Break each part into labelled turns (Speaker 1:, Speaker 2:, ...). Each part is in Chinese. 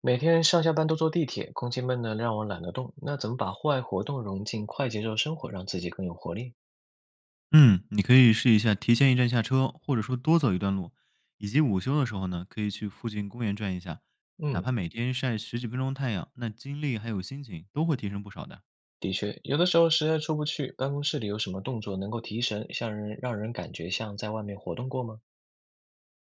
Speaker 1: 每天上下班都坐地铁，空气闷呢，让我懒得动。那怎么把户外活动融进快节奏生活，让自己更有活力？
Speaker 2: 嗯，你可以试一下提前一站下车，或者说多走一段路，以及午休的时候呢，可以去附近公园转一下，哪
Speaker 1: 嗯，
Speaker 2: 怕每天晒十几分钟太阳，那精力还有心情都会提升不少的。
Speaker 1: 的确，有的时候实在出不去，办公室里有什么动作能够提神，像人让人感觉像在外面活动过吗？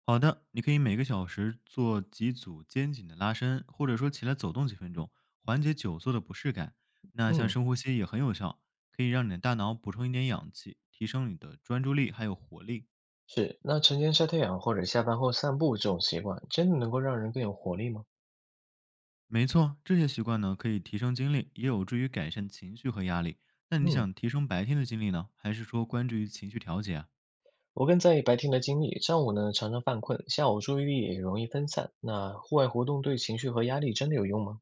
Speaker 2: 好的，你可以每个小时做几组肩颈的拉伸，或者说起来走动几分钟，缓解久坐的不适感。那像
Speaker 1: 嗯，
Speaker 2: 深呼吸也很有效，可以让你的大脑补充一点氧气，提升你的专注力还有活力。
Speaker 1: 是。那晨间晒太阳或者下班后散步这种习惯，真的能够让人更有活力吗？
Speaker 2: 没错，这些习惯呢可以提升精力，也有助于改善情绪和压力。那你
Speaker 1: 嗯，
Speaker 2: 想提升白天的精力呢，还是说关注于情绪调节啊？
Speaker 1: 我更在意白天的精力，上午呢常常犯困，下午注意力也容易分散。那户外活动对情绪和压力真的有用吗？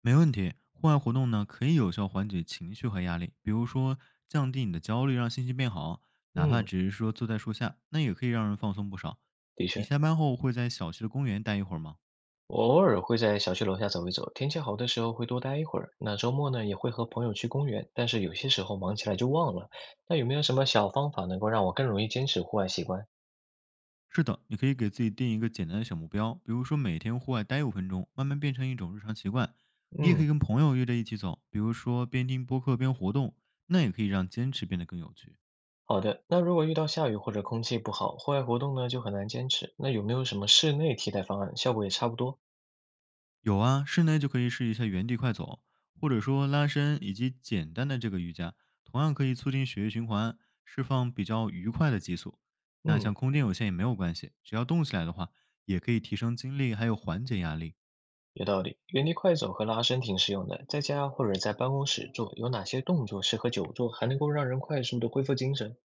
Speaker 2: 没问题，户外活动呢可以有效缓解情绪和压力，比如说降低你的焦虑，让心情变好，哪怕
Speaker 1: 嗯，
Speaker 2: 只是说坐在树下，那也可以让人放松不少。
Speaker 1: 的
Speaker 2: 你
Speaker 1: 确。
Speaker 2: 下班后会在小区的公园待一会儿吗？
Speaker 1: 我偶尔会在小区楼下走一走，天气好的时候会多待一会儿。那周末呢，也会和朋友去公园，但是有些时候忙起来就忘了。那有没有什么小方法能够让我更容易坚持户外习惯？
Speaker 2: 是的，你可以给自己定一个简单的小目标，比如说每天户外待5分钟，慢慢变成一种日常习惯。你也可以
Speaker 1: 嗯，
Speaker 2: 跟朋友约着一起走，比如说边听播客边活动，那也可以让坚持变得更有趣。
Speaker 1: 好的。那如果遇到下雨或者空气不好，户外活动呢就很难坚持。那有没有什么室内替代方案，效果也差不多？
Speaker 2: 有啊，室内就可以试一下原地快走，或者说拉伸以及简单的这个瑜伽，同样可以促进血液循环，释放比较愉快的激素。那像
Speaker 1: 嗯，
Speaker 2: 空间有限也没有关系，只要动起来的话，也可以提升精力，还有缓解压力。
Speaker 1: 有道理。原地快走和拉伸挺实用的，在家或者在办公室做，有哪些动作适合久坐，还能够让人快速的恢复精神？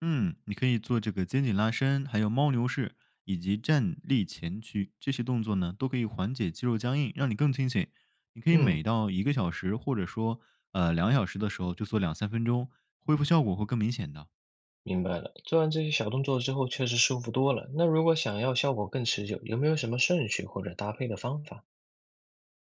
Speaker 2: 嗯，你可以做这个肩颈拉伸，还有猫牛式以及站立前屈这些动作呢，都可以缓解肌肉僵硬，让你更清醒。你可以
Speaker 1: 嗯。
Speaker 2: 每到一个小时或者说两个小时的时候就做两三分钟，恢复效果会更明显的。
Speaker 1: 明白了，做完这些小动作之后，确实舒服多了。那如果想要效果更持久，有没有什么顺序或者搭配的方法？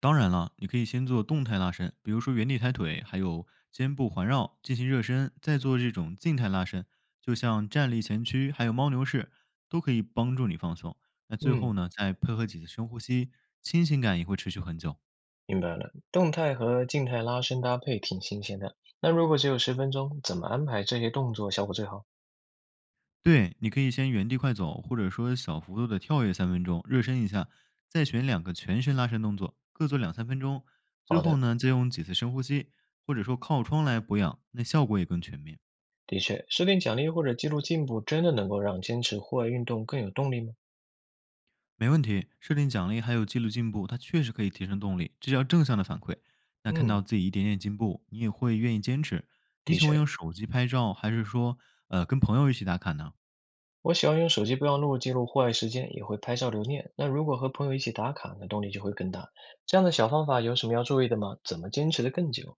Speaker 2: 当然了，你可以先做动态拉伸，比如说原地抬腿，还有肩部环绕进行热身，再做这种静态拉伸，就像站立前屈还有猫牛式，都可以帮助你放松。那最后
Speaker 1: 嗯，
Speaker 2: 呢，再配合几次深呼吸，清醒感也会持续很久。
Speaker 1: 明白了，动态和静态拉伸搭配挺新鲜的。那如果只有10分钟，怎么安排这些动作效果最好？
Speaker 2: 对，你可以先原地快走，或者说小幅度的跳跃三分钟，热身一下，再选两个全身拉伸动作，各做两三分钟，最
Speaker 1: 好
Speaker 2: 后
Speaker 1: 的，
Speaker 2: 呢再用几次深呼吸，或者说靠窗来补氧，那效果也更全面。
Speaker 1: 的确，设定奖励或者记录进步，真的能够让坚持户外运动更有动力吗？
Speaker 2: 没问题，设定奖励还有记录进步，它确实可以提升动力，这叫正向的反馈。那看到
Speaker 1: 嗯，
Speaker 2: 自己一点点进步，你也会愿意坚持。你
Speaker 1: 的
Speaker 2: 喜欢
Speaker 1: 确，
Speaker 2: 用手机拍照，还是说跟朋友一起打卡呢？
Speaker 1: 我喜欢用手机备忘录记录户外时间，也会拍照留念。那如果和朋友一起打卡，那动力就会更大。这样的小方法有什么要注意的吗？怎么坚持得更久？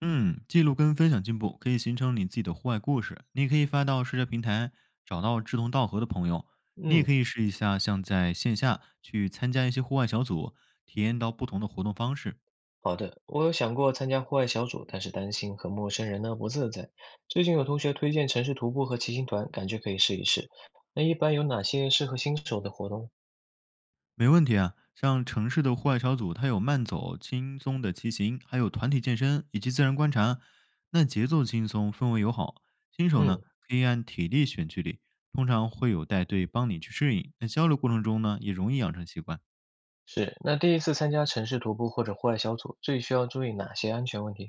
Speaker 2: 嗯，记录跟分享进步可以形成你自己的户外故事，你也可以发到社交平台，找到志同道合的朋友。你也
Speaker 1: 嗯，
Speaker 2: 可以试一下，像在线下去参加一些户外小组，体验到不同的活动方式，
Speaker 1: 好的。我有想过参加户外小组，但是担心和陌生人呢不自在。最近有同学推荐城市徒步和骑行团，感觉可以试一试。那一般有哪些适合新手的活动？
Speaker 2: 没问题啊。像城市的户外小组，它有慢走、轻松的骑行，还有团体健身以及自然观察。那节奏轻松，氛围友好，新手呢
Speaker 1: 嗯，
Speaker 2: 可以按体力选距离，通常会有带队帮你去适应。那交流过程中呢，也容易养成习惯。
Speaker 1: 是。那第一次参加城市徒步或者户外小组，最需要注意哪些安全问题？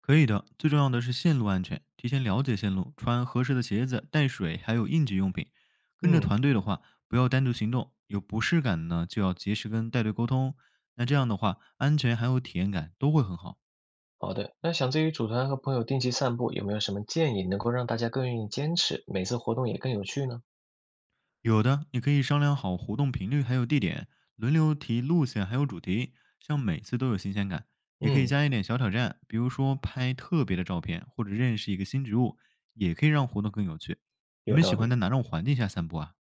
Speaker 2: 可以的，最重要的是线路安全，提前了解线路，穿合适的鞋子，带水，还有应急用品。跟着
Speaker 1: 嗯，
Speaker 2: 团队的话，不要单独行动，有不适感呢就要及时跟带队沟通。那这样的话，安全还有体验感都会很好。
Speaker 1: 好的。那想自己组团和朋友定期散步，有没有什么建议能够让大家更愿意坚持，每次活动也更有趣呢？
Speaker 2: 有的你可以商量好活动频率还有地点，轮流提路线还有主题，像每次都有新鲜感。也可以
Speaker 1: 嗯，
Speaker 2: 加一点小挑战，比如说拍特别的照片，或者认识一个新植物，也可以让活动更有趣。你
Speaker 1: 有
Speaker 2: 们喜
Speaker 1: 道
Speaker 2: 欢
Speaker 1: 理。
Speaker 2: 在哪种环境下散步啊？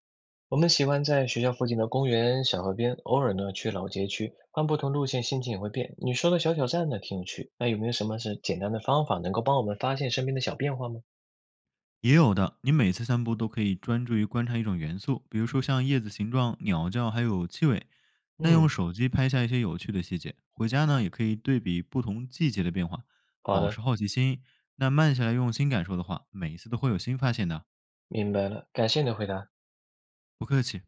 Speaker 1: 我们喜欢在学校附近的公园、小河边，偶尔呢去老街区，换不同路线，心情也会变。你说的小挑战呢，挺有趣。那有没有什么是简单的方法，能够帮我们发现身边的小变化吗？
Speaker 2: 也有的，你每次散步都可以专注于观察一种元素，比如说像叶子形状、鸟叫，还有气味。那用
Speaker 1: 嗯，
Speaker 2: 手机拍下一些有趣的细节，回家呢也可以对比不同季节的变化，
Speaker 1: 好
Speaker 2: 保
Speaker 1: 的，
Speaker 2: 持好奇心。那慢下来用心感受的话，每一次都会有新发现的。
Speaker 1: 明白了，感谢你的回答。
Speaker 2: 不客气。